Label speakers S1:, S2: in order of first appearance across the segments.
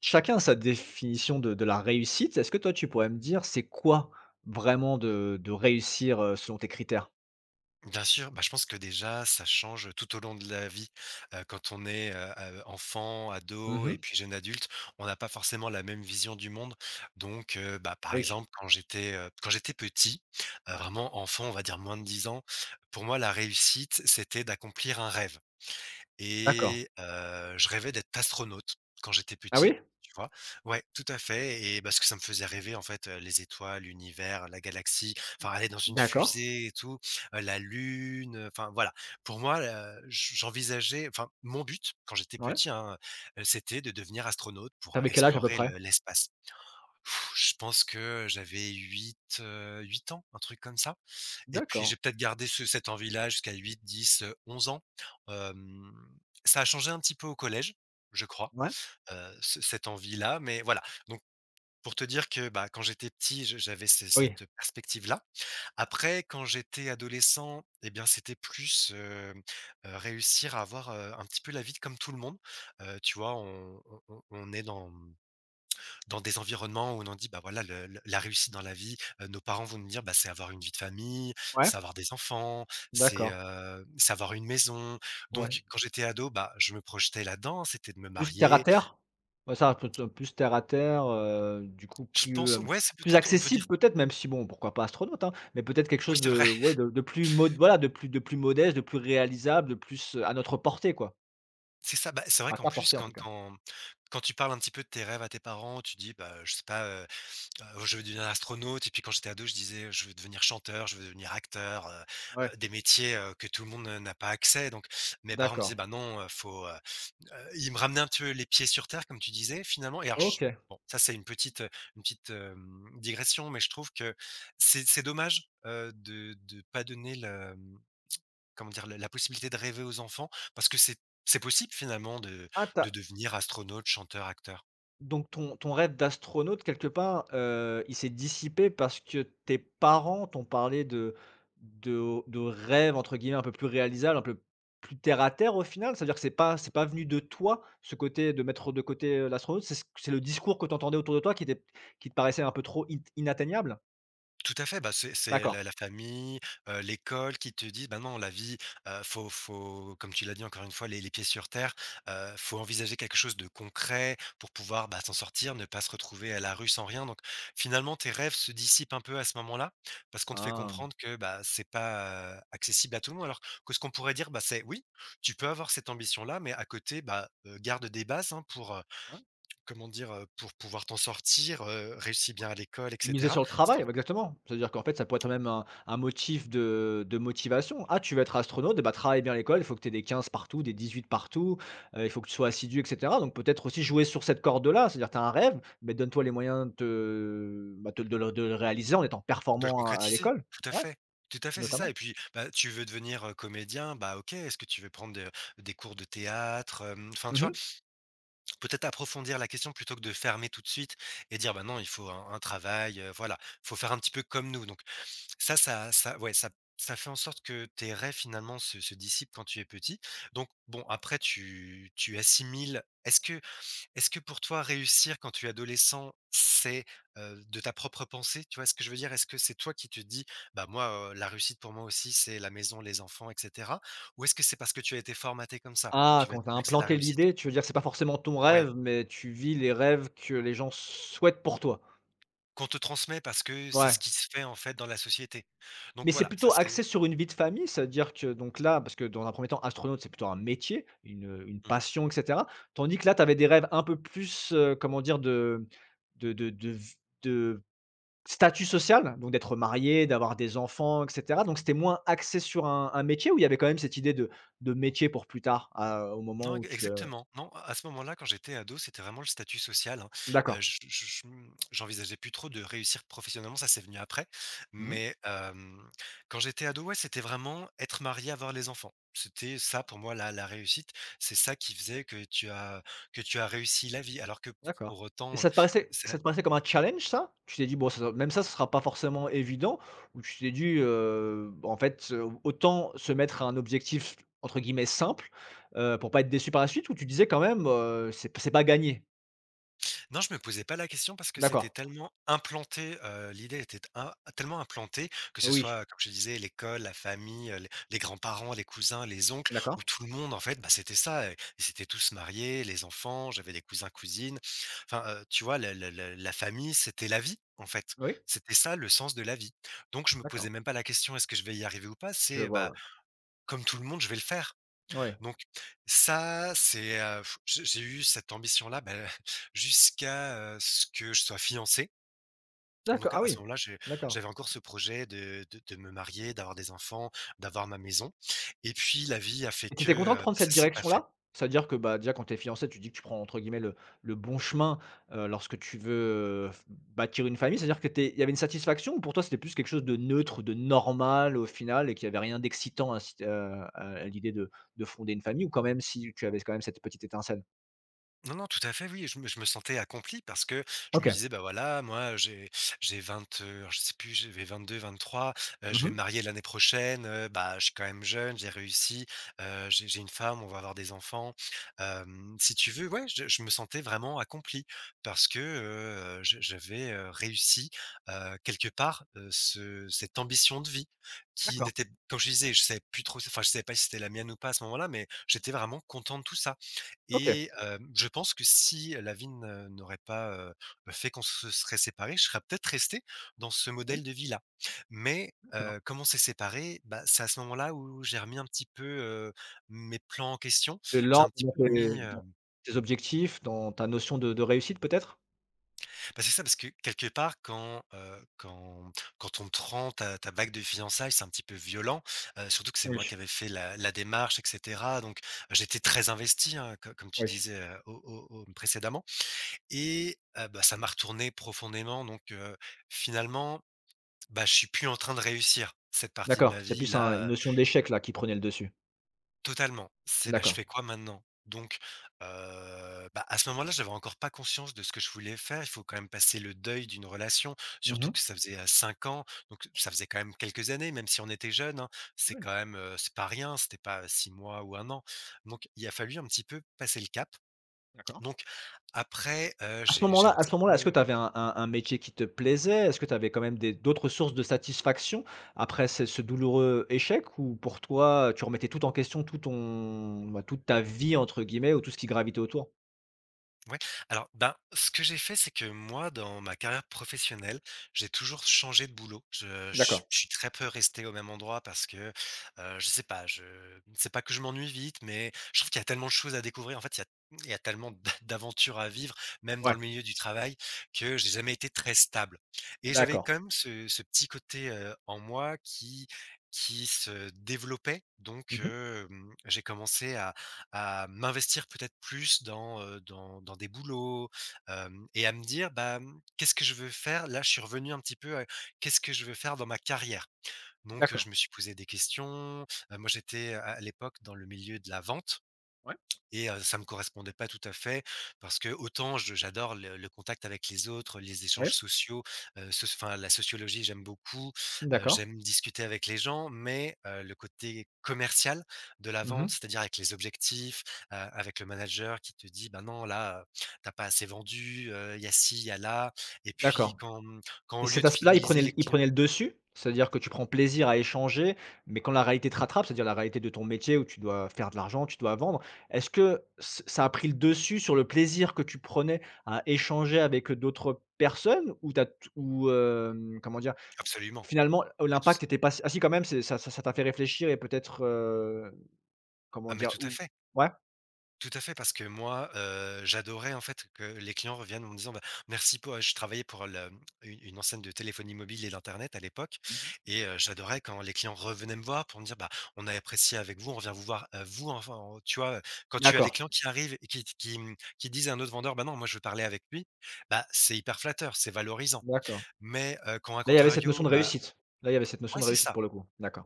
S1: Chacun a sa définition de la réussite. Est-ce que toi, tu pourrais me dire, c'est quoi vraiment de réussir, selon tes critères?
S2: Bien sûr, bah, je pense que déjà, ça change tout au long de la vie. Quand on est, enfant, ado et
S1: Mmh.
S2: puis jeune adulte, on n'a pas forcément la même vision du monde. Donc, bah, par
S1: Oui.
S2: exemple, quand j'étais petit,
S1: Ouais.
S2: vraiment enfant, on va dire moins de 10 ans, pour moi, la réussite, c'était d'accomplir un rêve.
S1: D'accord.
S2: Et je rêvais d'être astronaute quand j'étais
S1: Ah
S2: petit,
S1: oui?
S2: tu vois? Ouais, tout à fait et parce que ça me faisait rêver en fait, les étoiles, l'univers, la galaxie, enfin aller dans une
S1: D'accord.
S2: fusée et tout, la lune, enfin voilà. Pour moi, j'envisageais enfin mon but quand j'étais
S1: Ouais.
S2: petit, hein, c'était de devenir astronaute pour
S1: T'avais quel âge à peu
S2: explorer
S1: près?
S2: le l'espace. Pff, je pense que j'avais 8 8 ans, un truc comme ça. Et puis
S1: D'accord.
S2: j'ai peut-être gardé ce cette envie-là jusqu'à 8, 10, 11 ans. Hem, Ça a changé un petit peu au collège, je crois,
S1: Ouais.
S2: ce cette envie-là, mais voilà. Donc pour te dire que, bah, quand j'étais petit, je j'avais ce
S1: Oui.
S2: cette perspective-là. Après, quand j'étais adolescent eh bien, c'était plus, réussir à avoir, un petit peu la vie comme tout le monde. Tu vois, on est dans des environnements où on en dit, bah voilà, le la réussite dans la vie, nos parents vont nous dire, bah, c'est avoir une vie de famille,
S1: Ouais.
S2: c'est avoir des enfants, c'est,
S1: D'accord.
S2: heu, c'est avoir une maison.
S1: Ouais.
S2: Donc quand j'étais ado, bah, je me projetais là-dedans, c'était de me
S1: Plus terre à
S2: marier.
S1: terre? Ouais, ça, peut te plus terre à terre, du coup
S2: Je
S1: plus,
S2: pense ouais, c'est
S1: plus
S2: peut-être on peut dire
S1: accessible peut-être, même si bon, pourquoi pas astronaute, hein? Mais peut-être quelque
S2: oui,
S1: chose
S2: c'est vrai,
S1: de ouais, de plus mod voilà, de plus modeste, de plus réalisable, de plus, à notre portée quoi.
S2: c'est ça. Bah, c'est vrai
S1: À
S2: qu'en
S1: ta
S2: plus,
S1: portée en
S2: quand
S1: tout cas.
S2: quand quand tu parles un petit peu de tes rêves à tes parents, tu dis, bah, je sais pas. Je veux devenir astronaute et puis quand j'étais ado, je disais: «Je veux devenir chanteur, je veux devenir acteur»,
S1: Ouais,
S2: des métiers, que tout le monde, n'a pas accès donc mes parents me disaient:
S1: d'accord.
S2: «Bah non, faut,» Ils me ramenaient un petit peu les pieds sur terre comme tu disais finalement et alors j
S1: OK.
S2: bon ça c'est une petite, digression mais je trouve que c'est dommage, de pas donner le, comment dire? La possibilité de rêver aux enfants parce que c'est possible finalement de
S1: Ah, tu
S2: de devenir astronaute, chanteur, acteur.
S1: donc ton rêve d'astronaute quelque part, il s'est dissipé parce que tes parents t'ont parlé de «rêves» entre guillemets un peu plus réalisables, un peu plus terre à terre au final? C'est-à-dire que c'est pas venu de toi, ce côté de mettre de côté, l'astronaute, c'est le discours que tu entendais autour de toi qui te paraissait un peu trop int inatteignable?
S2: Tout à fait, bah, c'est
S1: D'accord.
S2: la famille, l'école qui te disent: «Bah, non, la vie, faut» comme tu l'as dit encore une fois, les pieds sur terre, faut envisager quelque chose de concret pour pouvoir, bah, s'en sortir, ne pas se retrouver à la rue sans rien donc finalement, tes rêves se dissipent un peu à ce moment-là parce qu'on te fait
S1: Ah,
S2: comprendre que, bah, c'est pas, accessible à tout le monde alors que ce qu'on pourrait dire, bah, c'est: «Oui, tu peux avoir cette ambition-là mais à côté, bah, garde des bases, hein, pour,
S1: ouais.
S2: comment dire? Pour pouvoir t'en sortir, réussis
S1: Ouais.
S2: bien à l'école et
S1: Et puis miser
S2: cetera».
S1: sur le travail, bah, exactement. C'est-à-dire qu'en fait, ça pourrait être même un motif de motivation. «Ah, tu veux être astronaute, et bah, travaille bien à l'école, il faut que tu aies des 15 partout, des 18 partout, il faut que tu sois assidu» et cetera. Donc peut-être aussi jouer sur cette corde-là, c'est-à-dire tu as un rêve, mais donne-toi les moyens de te de le réaliser en étant
S2: De le
S1: performant à
S2: concrétiser,
S1: l'école. Ouais,
S2: tout à fait, c'est ça
S1: notamment.
S2: et puis, bah, tu veux devenir, comédien, bah, OK, est-ce que tu veux prendre de des cours de théâtre, hem? Enfin, tu vois?
S1: Mmh.
S2: Peut-être approfondir la question plutôt que de fermer tout de suite et dire: «Bah, non, il faut un travail, voilà, faut faire un petit peu comme nous» donc ça, ouais, ça fait en sorte que tes rêves finalement se dissipent quand tu es petit donc bon, après tu assimiles est-ce que pour toi réussir quand tu es adolescent, c'est, de ta propre pensée? Tu vois ce que je veux dire? Est-ce que c'est toi qui te dis: «Bah, moi, la réussite pour moi aussi, c'est la maison, les enfants et cetera» ou est-ce que c'est parce que tu as été formaté comme ça que
S1: Ah,
S2: tu vas
S1: quand
S2: te
S1: tu as
S2: dire que c'est la
S1: implanté
S2: réussite?
S1: l'idée, tu veux dire, que c'est pas forcément ton
S2: Ouais,
S1: rêve, mais tu vis les rêves que les gens souhaitent pour toi?
S2: qu'on te transmet parce que c'est ce
S1: Ouais.
S2: qui se fait en fait dans la société. Donc
S1: Mais c'est
S2: voilà, ça
S1: plutôt
S2: c'est,
S1: axé sur une vie de famille, c'est-à-dire que donc là parce que dans un premier temps, astronaute, c'est plutôt un métier, une
S2: mmh
S1: passion et cetera. Tandis que là, tu avais des rêves un peu plus, comment dire? De de de v de statut social, donc d'être marié, d'avoir des enfants et cetera. Donc c'était moins axé sur un métier où il y avait quand même cette idée de métier pour plus tard, à au moment
S2: non,
S1: où
S2: ex
S1: tu,
S2: exactement. Non, à ce moment-là, quand j'étais ado, c'était vraiment le statut social, hein.
S1: d'accord.
S2: J'envisageais plus trop de réussir professionnellement, ça c'est venu après.
S1: Mmh.
S2: Mais, quand j'étais ado, ouais, c'était vraiment être marié, avoir les enfants. C'était ça pour moi la réussite. C'est ça qui faisait que tu as réussi la vie. Alors que
S1: D'accord.
S2: pour
S1: Et
S2: autant,
S1: ça te paraissait
S2: ça
S1: comme un challenge ça? Tu t'es dit: «Bon ça même ça, ce sera pas forcément évident» ou tu t'es dit: «En fait, autant se mettre un objectif entre guillemets "simple", pour pas être déçu par la suite» ou tu disais quand même: «C'est pas gagné»?
S2: non, je me posais pas la question parce que
S1: D'accord,
S2: c'était tellement implanté, l'idée était im tellement implantée, que ce
S1: oui,
S2: soit, comme je disais, l'école, la famille, les grands-parents, les cousins, les oncles, où
S1: d'accord,
S2: tout le monde en fait, bah, c'était ça, et ils étaient tous mariés, les enfants, j'avais des cousins-cousines. Enfin, tu vois, le la famille, c'était la vie, en fait.
S1: oui,
S2: C'était ça le sens de la vie. Donc je me posais
S1: d'accord.
S2: même pas la question: «Est-ce que je vais y arriver ou pas?»
S1: Je
S2: c'est,
S1: vois,
S2: bah,
S1: ouais.
S2: comme tout le monde, je vais le faire.
S1: Ouais,
S2: Donc ça, c'est, j'ai eu cette ambition-là, bah, jusqu'à, ce que je sois fiancé.
S1: d'accord,
S2: Donc à
S1: ah
S2: à ce
S1: oui,
S2: moment-là,
S1: d'accord.
S2: j'avais encore ce projet de me marier, d'avoir des enfants, d'avoir ma maison et puis la vie a fait
S1: Et
S2: que,
S1: tu content de
S2: bah,
S1: prendre cette
S2: ça s'est pas fait.
S1: direction-là? C'est-à-dire que, bah, déjà, quand tu es fiancé, tu dis que tu prends entre guillemets «le bon chemin», lorsque tu veux, f bâtir une famille, c'est-à-dire que tu il y avait une satisfaction ou pour toi, c'était plus quelque chose de neutre, de normal au final et qu'il y avait rien d'excitant à l'idée de fonder une famille ou quand même si tu avais quand même cette petite étincelle?
S2: Non, non, tout à fait, oui. Je me sentais accompli parce que je me
S1: OK.
S2: disais: «Bah, voilà, moi, j'ai 20 alors je sais plus, j'avais 22-23, je vais me
S1: Mmh.
S2: marier l'année prochaine, bah, je suis quand même jeune, j'ai réussi, j'ai une femme, on va avoir des enfants». Si tu veux, ouais, je me sentais vraiment accompli parce que, je j'avais, réussi, quelque part, ce cette ambition de vie qui
S1: D'accord.
S2: n'était comme je disais, je savais plus trop, enfin, je savais pas si c'était la mienne ou pas à ce moment-là, mais j'étais vraiment content de tout ça.
S1: OK.
S2: Et je pense que si Lavigne, n'aurait pas, fait qu'on se serait séparés, je serais peut-être resté dans ce
S1: Ouais,
S2: modèle de vie-là. Mais
S1: d'accord.
S2: comme on s'est séparés, bah, c'est à ce moment-là où j'ai remis un petit peu, mes plans en question.
S1: Et
S2: J'ai
S1: là,
S2: un petit
S1: dans
S2: peu
S1: tes
S2: mis,
S1: objectifs, dans ta notion de réussite peut-être?
S2: bah, c'est ça, parce que quelque part quand on te rend ta bague de fiançailles, c'est un petit peu violent, surtout que c'est moi qui
S1: Oui,
S2: avais fait la démarche et cetera. Donc j'étais très investi, hein, co comme tu
S1: oui.
S2: disais, au au au précédemment. Et bah, ça m'a retourné profondément donc finalement, bah, je suis plus en train de réussir cette partie de
S1: D'accord,
S2: ma
S1: c'est
S2: vie
S1: plus un une
S2: là,
S1: notion d'échec là qui prenait le dessus.
S2: totalement. C'est, bah, je
S1: D'accord.
S2: fais quoi maintenant? Donc bah, à ce moment-là, j'avais encore pas conscience de ce que je voulais faire. Il faut quand même passer le deuil d'une relation,
S1: Mmh
S2: surtout
S1: mh.
S2: que ça faisait, 5 ans, donc ça faisait quand même quelques années, même si on était jeunes, hein. C'est
S1: Oui,
S2: quand même, c'est pas rien, c'était pas 6 mois ou un an. Donc il a fallu un petit peu passer le cap.
S1: d'accord.
S2: Donc après,
S1: À ce
S2: j'ai un
S1: moment-là à ce
S2: petit
S1: moment-là, est-ce que
S2: peu.
S1: tu avais un métier qui te plaisait? Est-ce que tu avais quand même des d'autres sources de satisfaction après ce douloureux échec? Ou pour toi, tu remettais tout en question, toute ta vie entre guillemets ou tout ce qui gravitait autour?
S2: Ouais, alors, ben, ce que j'ai fait, c'est que moi, dans ma carrière professionnelle, j'ai toujours changé de boulot. Je je
S1: D'accord,
S2: je suis très peu resté au même endroit parce que, je sais pas, je c'est pas que je m'ennuie vite, mais je trouve qu'il y a tellement de choses à découvrir. En fait, il y a tellement d'a d'aventures à vivre, même dans le
S1: ouais,
S2: milieu du travail, que j'ai jamais été très stable et j'avais quand
S1: d'accord.
S2: même ce petit côté, en moi qui se développait. Donc,
S1: Mmh mh,
S2: j'ai commencé à m'investir peut-être plus dans, dans des boulots, hem et à me dire: «Bah, qu'est-ce que je veux faire?» là, je suis revenu un petit peu à qu'est-ce que je veux faire dans ma carrière? Donc, je
S1: d'accord.
S2: me suis posé des questions, moi j'étais à l'époque dans le milieu de la vente.
S1: Ouais,
S2: Et ça me correspondait pas tout à fait parce que autant je j'adore le contact avec les autres, les échanges
S1: ouais,
S2: sociaux, soc enfin la sociologie, j'aime beaucoup,
S1: d'accord.
S2: j'aime discuter avec les gens, mais le côté commercial de la
S1: Mmh
S2: vente,
S1: mh,
S2: c'est-à-dire avec les objectifs, avec le manager qui te dit: «Ben non, là, tu pas assez vendu, il y a ci, il y a là» et puis
S1: d'accord.
S2: quand
S1: Et
S2: au lieu
S1: cet
S2: de
S1: aspect-là, il
S2: fidéliser
S1: prenait
S2: les
S1: l il
S2: clients.
S1: prenait le dessus? C'est-à-dire que tu prends plaisir à échanger, mais quand la réalité te rattrape, c'est-à-dire la réalité de ton métier où tu dois faire de l'argent, tu dois vendre, est-ce que ç ça a pris le dessus sur le plaisir que tu prenais à échanger avec, d'autres personnes? Ou t'as t ou, comment dire?
S2: Absolument,
S1: Finalement, oh,
S2: abs
S1: l'impact était pas si ah si quand même, c'est ça t'a fait réfléchir et peut-être,
S2: ah
S1: comment
S2: mais
S1: dire?
S2: tout à
S1: Ou
S2: fait.
S1: ouais?
S2: Tout à fait, parce que moi, j'adorais en fait que les clients reviennent en me disant: «Bah, merci pour». Je travaillais pour le une enseigne de téléphonie mobile et d'internet à l'époque, et j'adorais quand les clients revenaient me voir pour me dire: «Bah, on a apprécié avec vous, on revient vous voir, vous» enfin, tu vois? Quand tu as les
S1: D'accord,
S2: clients qui arrivent et qui qui disent à un autre vendeur: «Bah non, moi je veux parler avec lui», bah, c'est hyper flatteur, c'est valorisant.
S1: d'accord.
S2: Mais quand à
S1: Là, il y avait cette notion
S2: contrario,
S1: de
S2: bah
S1: réussite. Là, il y avait cette notion
S2: ouais,
S1: de
S2: c'est
S1: réussite
S2: ça.
S1: pour le coup. D'accord.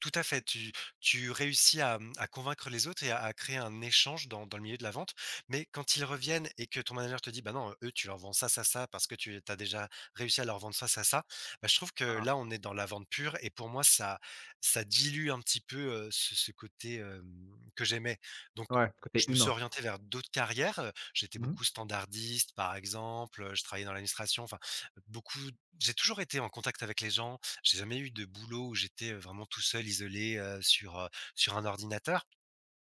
S2: Tout à fait, tu réussis à convaincre les autres et à créer un échange dans le milieu de la vente. Mais quand ils reviennent et que ton manager te dit: «Bah, non, eux, tu leur vends ça, ça, ça parce que tu as déjà réussi à leur vendre ça, ça, ça», bah, je trouve que
S1: Ah!
S2: là, on est dans la vente pure et pour moi, ça dilue un petit peu, ce côté, que j'aimais. Donc
S1: Ouais,
S2: je
S1: côté
S2: me suis
S1: humain.
S2: orienté vers d'autres carrières, j'étais
S1: Mmh.
S2: beaucoup standardiste, par exemple, je travaillais dans l'administration, enfin, beaucoup j'ai toujours été en contact avec les gens, j'ai jamais eu de boulot où j'étais vraiment tout seul, isolé, sur, sur un ordinateur,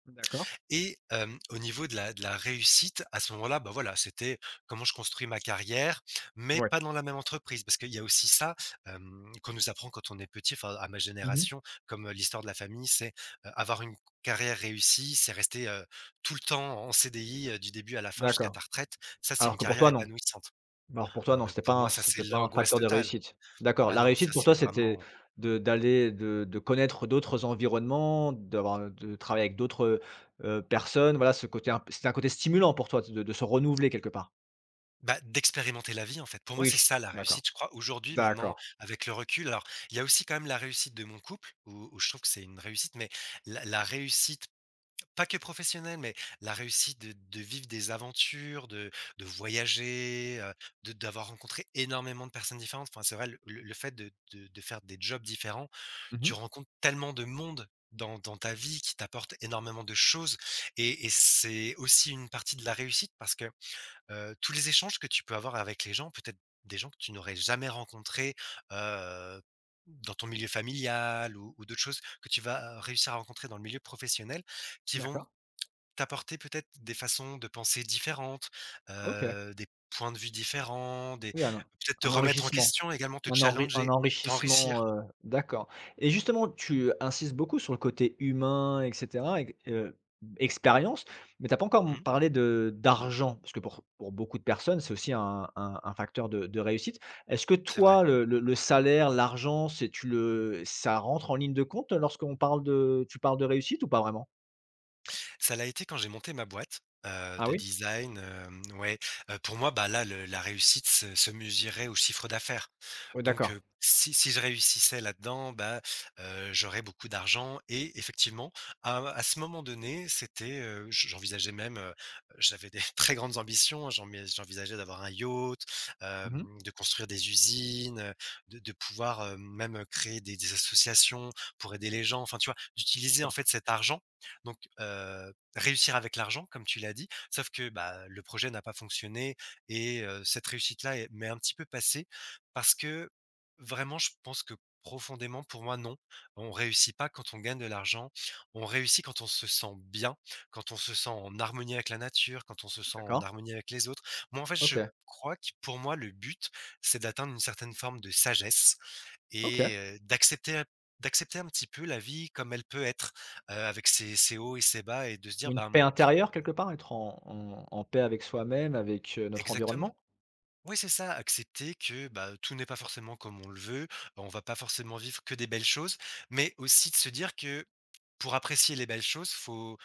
S1: D'accord.
S2: et au niveau de la réussite, à ce moment-là, bah, voilà, c'était comment je construis ma carrière, mais
S1: Ouais.
S2: pas dans la même entreprise. Parce qu'il y a aussi ça, qu'on nous apprend quand on est petit, enfin, à ma
S1: Mmh.
S2: génération, comme, l'histoire de la famille, c'est, avoir une carrière réussie, c'est rester, tout le temps en CDI, du début à la fin jusqu'à
S1: D'accord.
S2: ta retraite. Ça, c'est
S1: Alors
S2: une
S1: que pour
S2: carrière
S1: toi, non.
S2: épanouissante.
S1: Alors pour
S2: Ah
S1: toi,
S2: non,
S1: non,
S2: mais
S1: c'était pas
S2: pour moi,
S1: un
S2: ça, c'est
S1: c'était pas un
S2: l'angoisse
S1: facteur de
S2: totale.
S1: réussite. D'accord,
S2: Ah
S1: la
S2: non, ça,
S1: réussite pour
S2: c'est
S1: toi, c'était
S2: vraiment.
S1: de d'aller de connaître d'autres environnements, d'avoir de travailler avec d'autres personnes, voilà, ce côté un c'était un côté stimulant pour toi de se renouveler quelque part?
S2: Bah, d'expérimenter la vie en fait. Pour moi, c'est
S1: Oui,
S2: ça la
S1: d'accord.
S2: réussite, je crois. Aujourd'hui, maintenant,
S1: D'accord.
S2: avec le recul, alors il y a aussi quand même la réussite de mon couple, où, où je trouve que c'est une réussite, mais la réussite, pas que professionnelle, mais la réussite de vivre des aventures, de voyager, d'avoir rencontré énormément de personnes différentes. Enfin, c'est vrai, le fait de, de faire des jobs différents, tu
S1: Mmh.
S2: rencontres tellement de monde. Dans, dans ta vie qui t'apporte énormément de choses, et c'est aussi une partie de la réussite parce que, tous les échanges que tu peux avoir avec les gens, peut-être des gens que tu n'aurais jamais rencontrés, heu, dans ton milieu familial ou d'autres choses que tu vas réussir à rencontrer dans le milieu professionnel, qui vont
S1: D'accord.
S2: t'apporter peut-être des façons de penser différentes,
S1: OK.
S2: des points de vue différents, des
S1: Oui, un
S2: peut-être te
S1: un
S2: remettre en
S1: enrichissement.
S2: question également, te
S1: Un
S2: challenger, t'enrichir.
S1: enrichissement, d'accord et justement, tu insistes beaucoup sur le côté humain et cetera et q expérience, mais t'as pas encore m
S2: Mmh,
S1: parlé de d'argent, parce que pour beaucoup de personnes, c'est aussi un facteur de réussite. Est-ce que
S2: c'est vrai.
S1: toi, le salaire, l'argent, c'est tu le ça rentre en ligne de compte lorsqu'on parle de tu parles de réussite ou pas vraiment?
S2: Ça l'a été quand j'ai monté ma boîte,
S1: Ah
S2: de
S1: oui?
S2: design, ouais, pour moi, bah, là, le la réussite se mesurait au chiffre d'affaires.
S1: Oui,
S2: Donc
S1: d'accord.
S2: si je réussissais là-dedans, bah, j'aurais beaucoup d'argent, et effectivement, à ce moment donné, c'était, j'envisageais même, j'avais des très grandes ambitions, hein, j'envisageais d'avoir un yacht,
S1: Mmh.
S2: de construire des usines, de pouvoir, même créer des associations pour aider les gens. Enfin, tu vois? D'utiliser, en
S1: D'accord,
S2: fait, cet argent, donc, réussir avec l'argent, comme tu l'as dit, sauf que, bah, le projet n'a pas fonctionné, et cette réussite-là est m'est un petit peu passée, parce que vraiment, je pense que profondément, pour moi, non. On réussit pas quand on gagne de l'argent. On réussit quand on se sent bien, quand on se sent en harmonie avec la nature, quand on se sent en
S1: d'accord.
S2: harmonie avec les autres. Moi, en fait, je
S1: OK,
S2: crois que, pour moi, le but, c'est d'atteindre une certaine forme de sagesse,
S1: OK.
S2: et d'accepter un petit peu la vie comme elle peut être, avec ses ses hauts et ses bas, et de se dire,
S1: Une paix
S2: ben,
S1: intérieure quelque part, être en paix avec soi-même, avec, notre
S2: exactement.
S1: environnement?
S2: Oui, c'est ça, accepter que bah, tout n'est pas forcément comme on le veut, on va pas forcément vivre que des belles choses, mais aussi de se dire que pour apprécier les belles choses, faut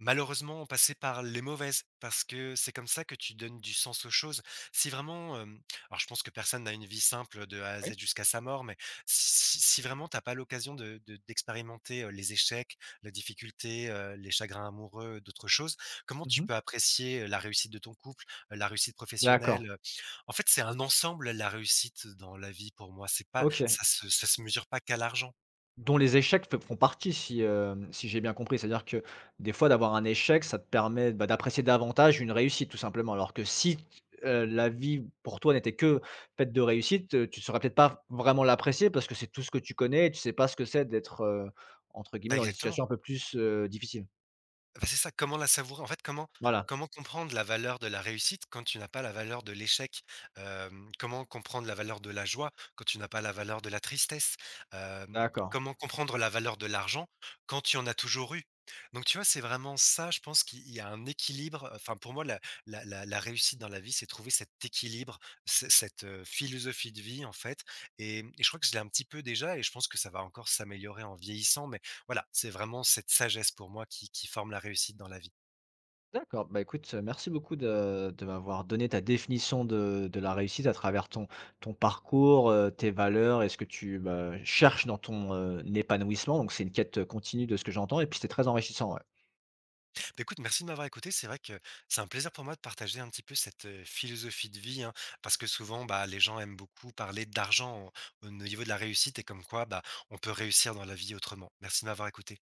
S2: malheureusement passer par les mauvaises, parce que c'est comme ça que tu donnes du sens aux choses. Si vraiment, alors je pense que personne n'a une vie simple de A à Z jusqu'à sa mort, mais si, si vraiment t'as pas l'occasion de, d'expérimenter les échecs, la difficulté, les chagrins amoureux, d'autres choses, comment tu
S1: Mmh.
S2: peux apprécier la réussite de ton couple, la réussite
S1: D'accord,
S2: professionnelle, en fait, c'est un ensemble la réussite dans la vie pour moi, c'est pas
S1: OK.
S2: ça se mesure pas qu'à l'argent.
S1: Dont les échecs fe font partie si j'ai bien compris. C'est-à-dire que des fois d'avoir un échec, ça te permet, bah, d'apprécier davantage une réussite tout simplement. Alors que si t la vie pour toi n'était que faite de réussite, tu ne saurais peut-être pas vraiment l'apprécier parce que c'est tout ce que tu connais et tu sais pas ce que c'est d'être, entre
S2: Bah,
S1: guillemets «dans des
S2: exactement.
S1: situations un peu plus, difficiles».
S2: Bah, c'est ça, comment la savourer? En fait,
S1: Voilà,
S2: comment comprendre la valeur de la réussite quand tu n'as pas la valeur de l'échec? Comment comprendre la valeur de la joie quand tu n'as pas la valeur de la tristesse?
S1: d'accord.
S2: Comment comprendre la valeur de l'argent quand tu en as toujours eu? Donc tu vois, c'est vraiment ça, je pense qu'il y a un équilibre, enfin pour moi la réussite dans la vie, c'est trouver cet équilibre, ce cette, philosophie de vie en fait, et je crois que je l'ai un petit peu déjà, et je pense que ça va encore s'améliorer en vieillissant, mais voilà, c'est vraiment cette sagesse pour moi qui forme la réussite dans la vie.
S1: D'accord, bah écoute, merci beaucoup de m'avoir donné ta définition de la réussite à travers ton parcours, tes valeurs et ce que tu, bah, cherches dans ton, épanouissement. Donc c'est une quête, continue de ce que j'entends et puis c'était très enrichissant, ouais.
S2: Bah, écoute, merci de m'avoir écouté. C'est vrai que c'est un plaisir pour moi de partager un petit peu cette, philosophie de vie, hein, parce que souvent, bah, les gens aiment beaucoup parler d'argent au niveau de la réussite et comme quoi, bah, on peut réussir dans la vie autrement. Merci de m'avoir écouté.